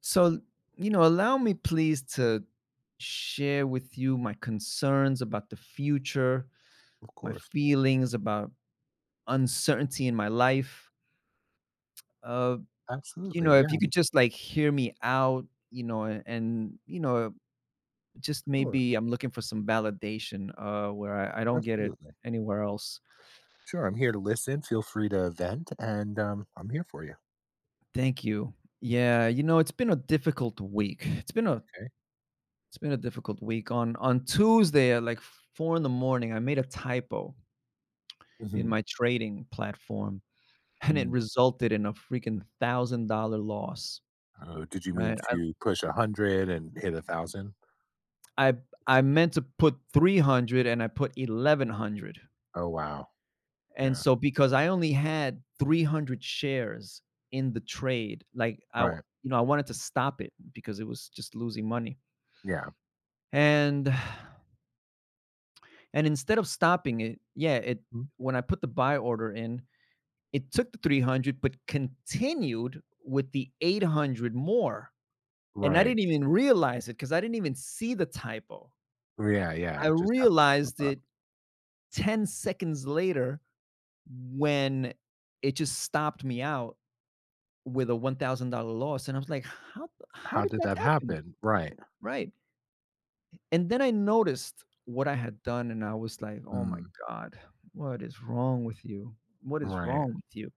So, allow me please to share with you my concerns about the future, Of my course. feelings about uncertainty in my life. Uh, Absolutely. If you Yeah, could just like hear me out, just sure. maybe I'm looking for some validation, where I don't get it Absolutely. anywhere else. Sure, I'm here to listen. Feel free to vent, and, I'm here for you. Thank you. Yeah, it's been a difficult week. It's been a Okay. it's been a difficult week. On Tuesday at like 4 in the morning, I made a typo in Mhm. my trading platform, and it Mm. resulted in a freaking $1,000 loss, Oh, did you mean right? To push 100 and hit 1,000? I I meant to put 300 and I put 1,100. Oh, wow. And Yeah. so because I only had 300 shares in the trade, like, I Right. you know, I wanted to stop it because it was just losing money. Yeah. And and instead of stopping it, yeah, it Mhm. when I put the buy order in, it took the 300 but continued with the 800 more. And I Right. didn't even realize it because I didn't even see the typo. Yeah, yeah, I it just happened to realized pop up. it 10 seconds later when it just stopped me out with a $1,000 loss, and I was like, "How How did did that that happen?" happen? Right. Right, and then I noticed what I had done, and I was like, "Oh my Mm. God. What is wrong with you? What is Right. wrong with you?"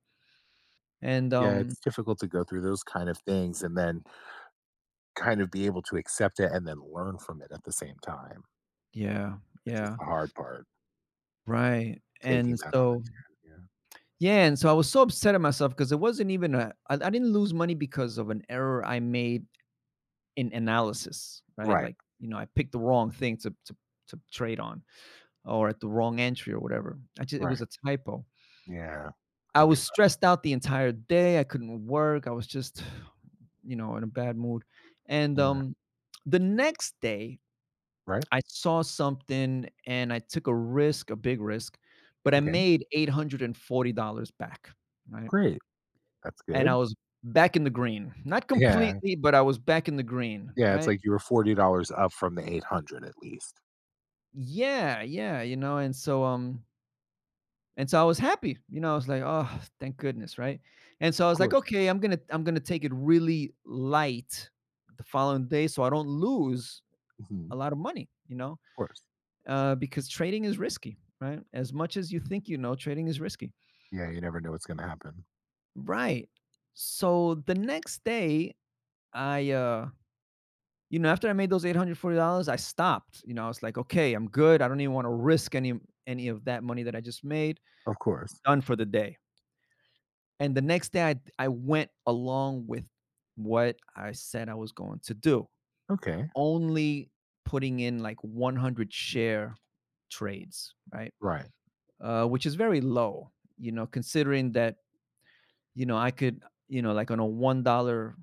And, Yeah, um it's difficult to go through those kind of things and then kind of be able to accept it and then learn from it at the same time, Yeah, which is yeah, the hard part, right. taking and that on the so chin. Yeah. Yeah, and so I was so upset at myself because it wasn't even I didn't lose money because of an error I made in analysis, right? Right, Like, I picked the wrong thing to trade on or at the wrong entry or whatever. I just It was right. a typo. Yeah. I That'd be was right. stressed out the entire day. I couldn't work. I was just, in a bad mood. And Yeah, um the next day right? I saw something and I took a risk, a big risk, but I Okay, made $840 back. Right. great. That's And I good. was back in the green. Not Yeah, completely, but I was back in the green, yeah, it's right? like you were $40 up from the 800 at least. Yeah, yeah, and so I was happy, I was like, "Oh, thank goodness," right? And so I Of was like, course. "Okay, I'm gonna take it really light the following day so I don't lose Mhm, a lot of of money," course. Because trading is risky, right? As much as you think you know, trading is risky. Yeah, you never know what's gonna happen. Right. So the next day, I, uh after I made those $840, I stopped. I was like, okay, I'm good. I don't even want to risk any of that money that I just made. Of course. Done for the day. And the next day, I went along with what I said I was going to do, Okay. only putting in like 100 share trades, right? Right. Which is very low, considering that I could, like on a $1,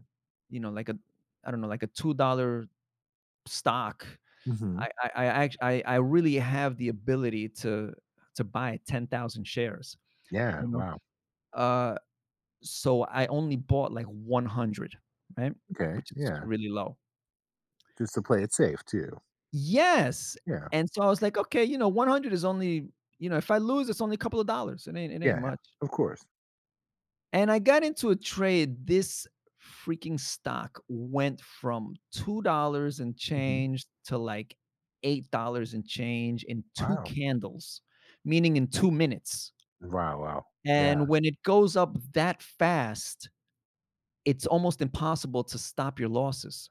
like a I don't know, like a $2 stock. Mhm. I act I really have the ability to buy 10,000 shares, Yeah, you know? wow. Uh, so I only bought, like, 100, right? Okay, Which is yeah. really low. Just to play it safe too. Yes, Yeah. and so I was like, "Okay, 100 is only," if I lose, it's only a couple of dollars. It ain't Yeah, yeah. much. Of course. And I got into a trade. This freaking stock went from $2 and Mhm. change to like $8 and change in two Wow. candles, meaning in 2 minutes. Wow, wow. Yeah, And when it goes up that fast, it's almost impossible to stop your losses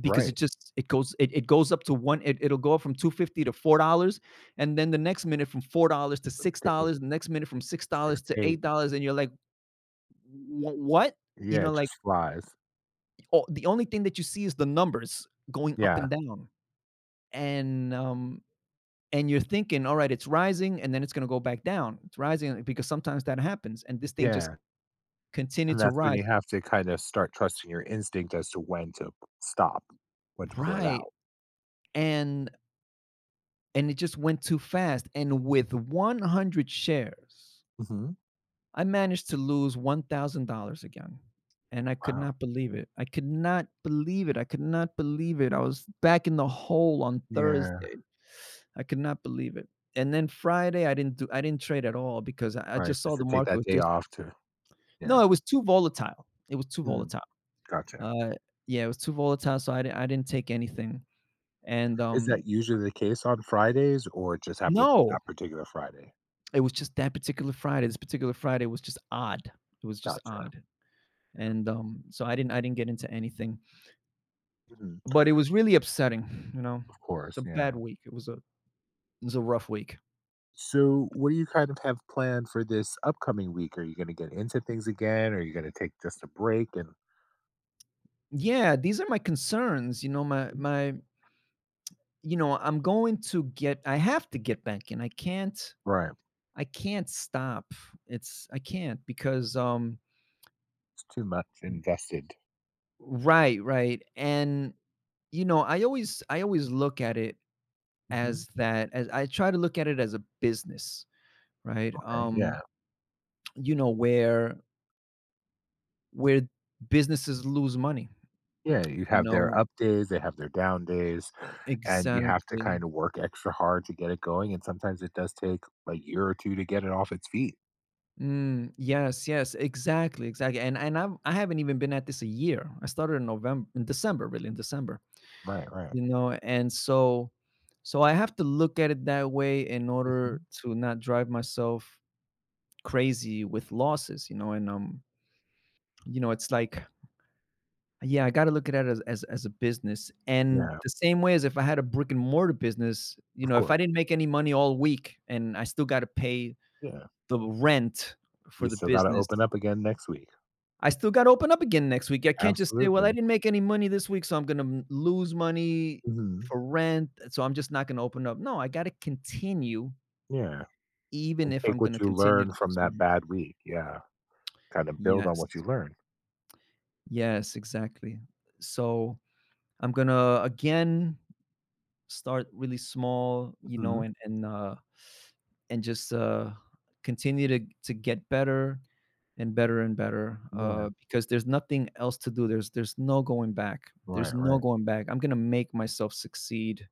because right. It'll go up from 250 to $4, and then the next minute from $4 to six To 8, dollars the next minute from six 6 dollars to to 8. $8, and you're like, "What you Yeah, know it like just flies. oh, the only thing that you see is the numbers going up Yeah, and down, and um, and you're thinking, all right, it's rising, and then it's going to go back down. It's rising because sometimes that happens, and this thing just yeah. continued And to that's when rise, you have to kind of start trusting your instinct as to when to stop, when to pull it right? out. And and it just went too fast. And with 100 shares, Mhm. I managed to lose $1,000 again. And I could Wow. not believe it. I could not believe it. I could not believe it. I was back in the hole on Yeah. Thursday. I could not believe it. And then Friday, I didn't trade at all because I Right, just saw just the to take market that was day just, off to, no, yeah. it was too volatile. It was too Mm, volatile. gotcha. Uh, yeah, it was too volatile, so I didn't take anything. And, Is um that usually the case on Fridays, or it just happened to be no, that particular Friday? it was just that particular Friday. This particular Friday was just odd. It was just Gotcha. odd. Yeah. And, so I didn't get into anything, Mhm. but it was really upsetting, you know? Of It's course, a bad yeah. week. It was a rough week. So, what do you kind of have planned for this upcoming week? Are you gonna get into things again? Or are you gonna take just a break and, Yeah, these are my concerns, you know, my mm, my you know, I'm going to get I have to get back in. I can't right, I can't stop. It's I can't because, it's too much invested. right, right. And I always look at it, Mhm. As I try to look at it as a business, right? Okay, yeah. You know, where businesses lose money, Yeah, you you have their know, up days, they have their down days, and you have to exactly. kind of work extra hard to get it going, and sometimes it does take a year or 2 to get it off its feet. Mm, yes, yes, exactly, exactly. And I haven't even been at this a year. I started in November, in December, really, in December. Right, right. You know, and so I have to look at it that way in order Mhm. to not drive myself crazy with losses, it's like, yeah, I gotta look at it as a business, and Yeah, the same way as if I had a brick-and-mortar business, you of know, if I course. didn't make any money all week and I still gotta pay Yeah. the rent for You the still gotta business. open up again next week. I still gotta open up again next week. I can't just say, "Well, I Absolutely. didn't make any money this week, so I'm gonna lose money Mhm. for rent, so I'm just not gonna open up." No, I gotta continue Yeah, even and if take I'm what gonna you continue to learn from lose that money. bad week. Yeah, kind of build on what you Yes. learned. Yes, exactly. So, I'm gonna, again, start really small, Mhm. and just, continue to get better and better and better Yeah. uh, because there's nothing else to do. There's no going back. There's Right, no right. going back. I'm gonna make myself succeed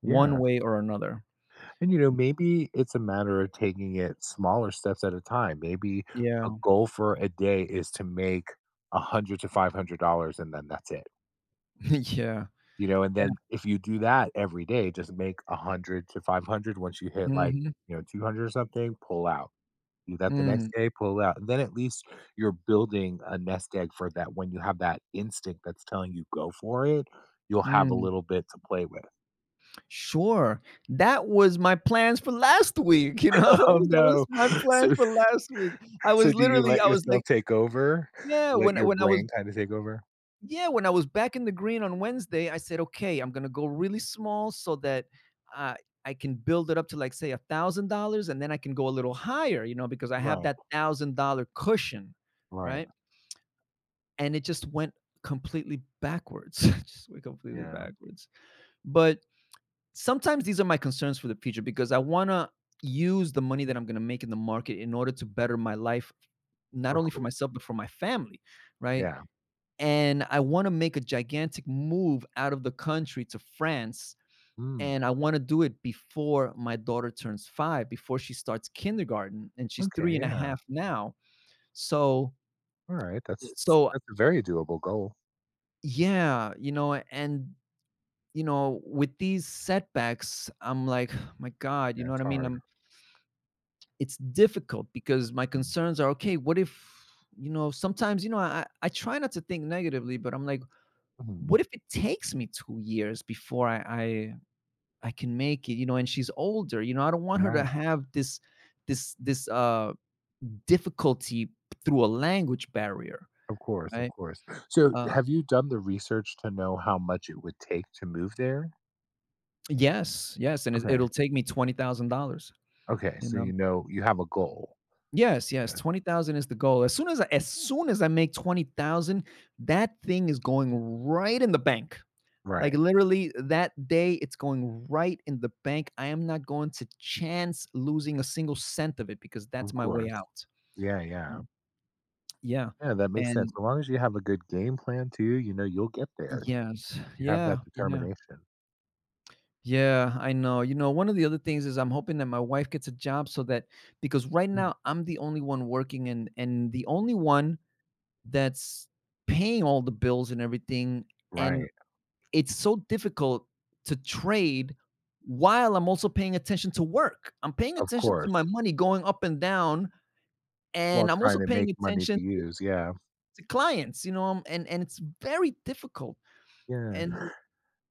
one Yeah. way or another. And, you know, maybe it's a matter of taking it smaller steps at a time. Maybe a Yeah, goal for a day is to make 100 to $500 and then that's it. yeah, You know, and yeah. then if you do that every day, just make 100 to 500, once you hit like, Mhm, you know, 200 or something, pull out. Do that the mm, next day, pull out. And then at least you're building a nest egg for that when you have that instinct that's telling you go for it, you'll have a mm. little bit to play with. Sure, that was my plans for last week. You know, that Oh was that was no. my plans So, for last week. I was so do you literally, let I was like, yourself take over? yeah, You let your when I was brain kinda take over? yeah, when I was back in the green on Wednesday, I said, okay, I'm gonna go really small so that, uh, I can build it up to like say $1,000, and then I can go a little higher, you know, because I have Right, that $1,000 cushion, right. right? And it just went completely backwards, just went completely Yeah, backwards. But sometimes these are my concerns for the future because I wanna use the money that I'm gonna make in the market in order to better my life, not of only for course. myself but for my family, right? Yeah. And I want to make a gigantic move out of the country to France. Mm, And I want to do it before my daughter turns 5, before she starts kindergarten, and she's okay, three and a yeah. half now. So, Alright, so, that's a very doable goal. yeah, with these setbacks, I'm like, my God, you Yeah, know it's what I mean? hard. I'm It's difficult because my Mm, concerns are okay, what if, sometimes, I try not to think negatively, but I'm like, mhm. what if it takes me 2 years before I can make it, you know, and she's older, you know, I don't want her to Right. have this difficulty through a language barrier, Of course, of right? course. So, Uh have you done the research to know how much it would take to move there? yes, yes, and it, Okay. it'll take me $20,000, Okay, you so know. you know you have a goal. Yes, yes, Yeah. 20,000 is the goal. As soon as I make 20,000, that thing is going right in the bank. Like, Right. literally that day it's going right in the bank. I am not going to chance losing a single cent of it because that's Of my way course. out. Yeah, yeah. Yeah. Yeah, that makes sense. And As long as you have a good game plan too, you know you'll get there. Yes. You have Yeah, that yeah. determination. Yeah, I know. You know, one of the other things is I'm hoping that my wife gets a job, so that because right Mm, now I'm the only one working and the only one that's paying all the bills and everything, and right, it's so difficult to trade while I'm also paying attention to work. I'm paying of attention to course, my money going up and down, while and I'm trying also to paying make money attention to to, use, yeah, to clients, and it's very difficult. yeah, And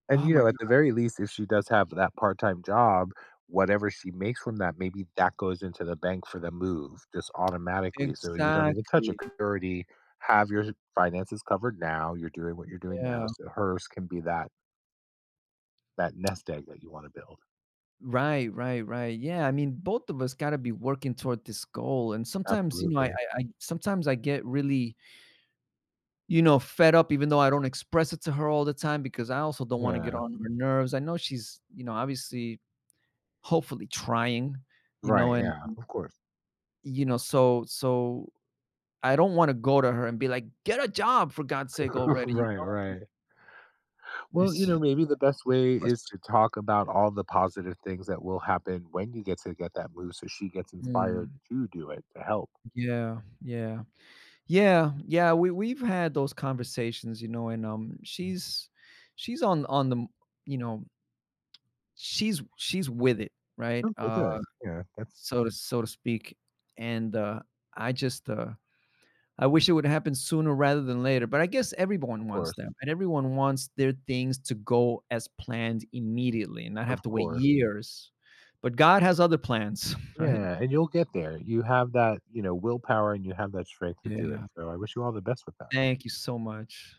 and, oh you my know, God, at the very least, if she does have that part-time job, whatever she makes from that, maybe that goes into the bank for the move just automatically, so you don't even touch it exactly. 'cause you already have your finances covered now, you're doing what you're doing now, Yeah. so hers can be that that nest egg that you wanna build. Right, right, right. Yeah, I mean, both of us gotta be working toward this goal, and sometimes, Absolutely, I sometimes I get really, fed up even though I don't express it to her all the time because I also don't wanna get yeah, on her nerves. I know she's, you know, obviously, hopefully trying, you know, right, and, yeah, of course. So I don't wanna go to her and be like, "Get a job for God's sake already," you Right, know? right. Well, you It's know, maybe the best way is frustrat to talk about all the positive things that will happen when you get to get that move so she gets inspired Mm, to do it to help. yeah, yeah. Yeah, yeah, we've had those conversations, you know, and she's on the, you know, she's with it, right? Okay, good. Yeah, that's So to speak. And I just uh I wish it would happen sooner rather than later, but I guess of everyone wants course. that. And everyone wants their things to go as planned immediately and not have Of to wait course. years. But God has other plans, right? Yeah, and you'll get there. You have that, you know, willpower and you have that strength to do it. Yeah. So I wish you all the best with that. Thank you so much.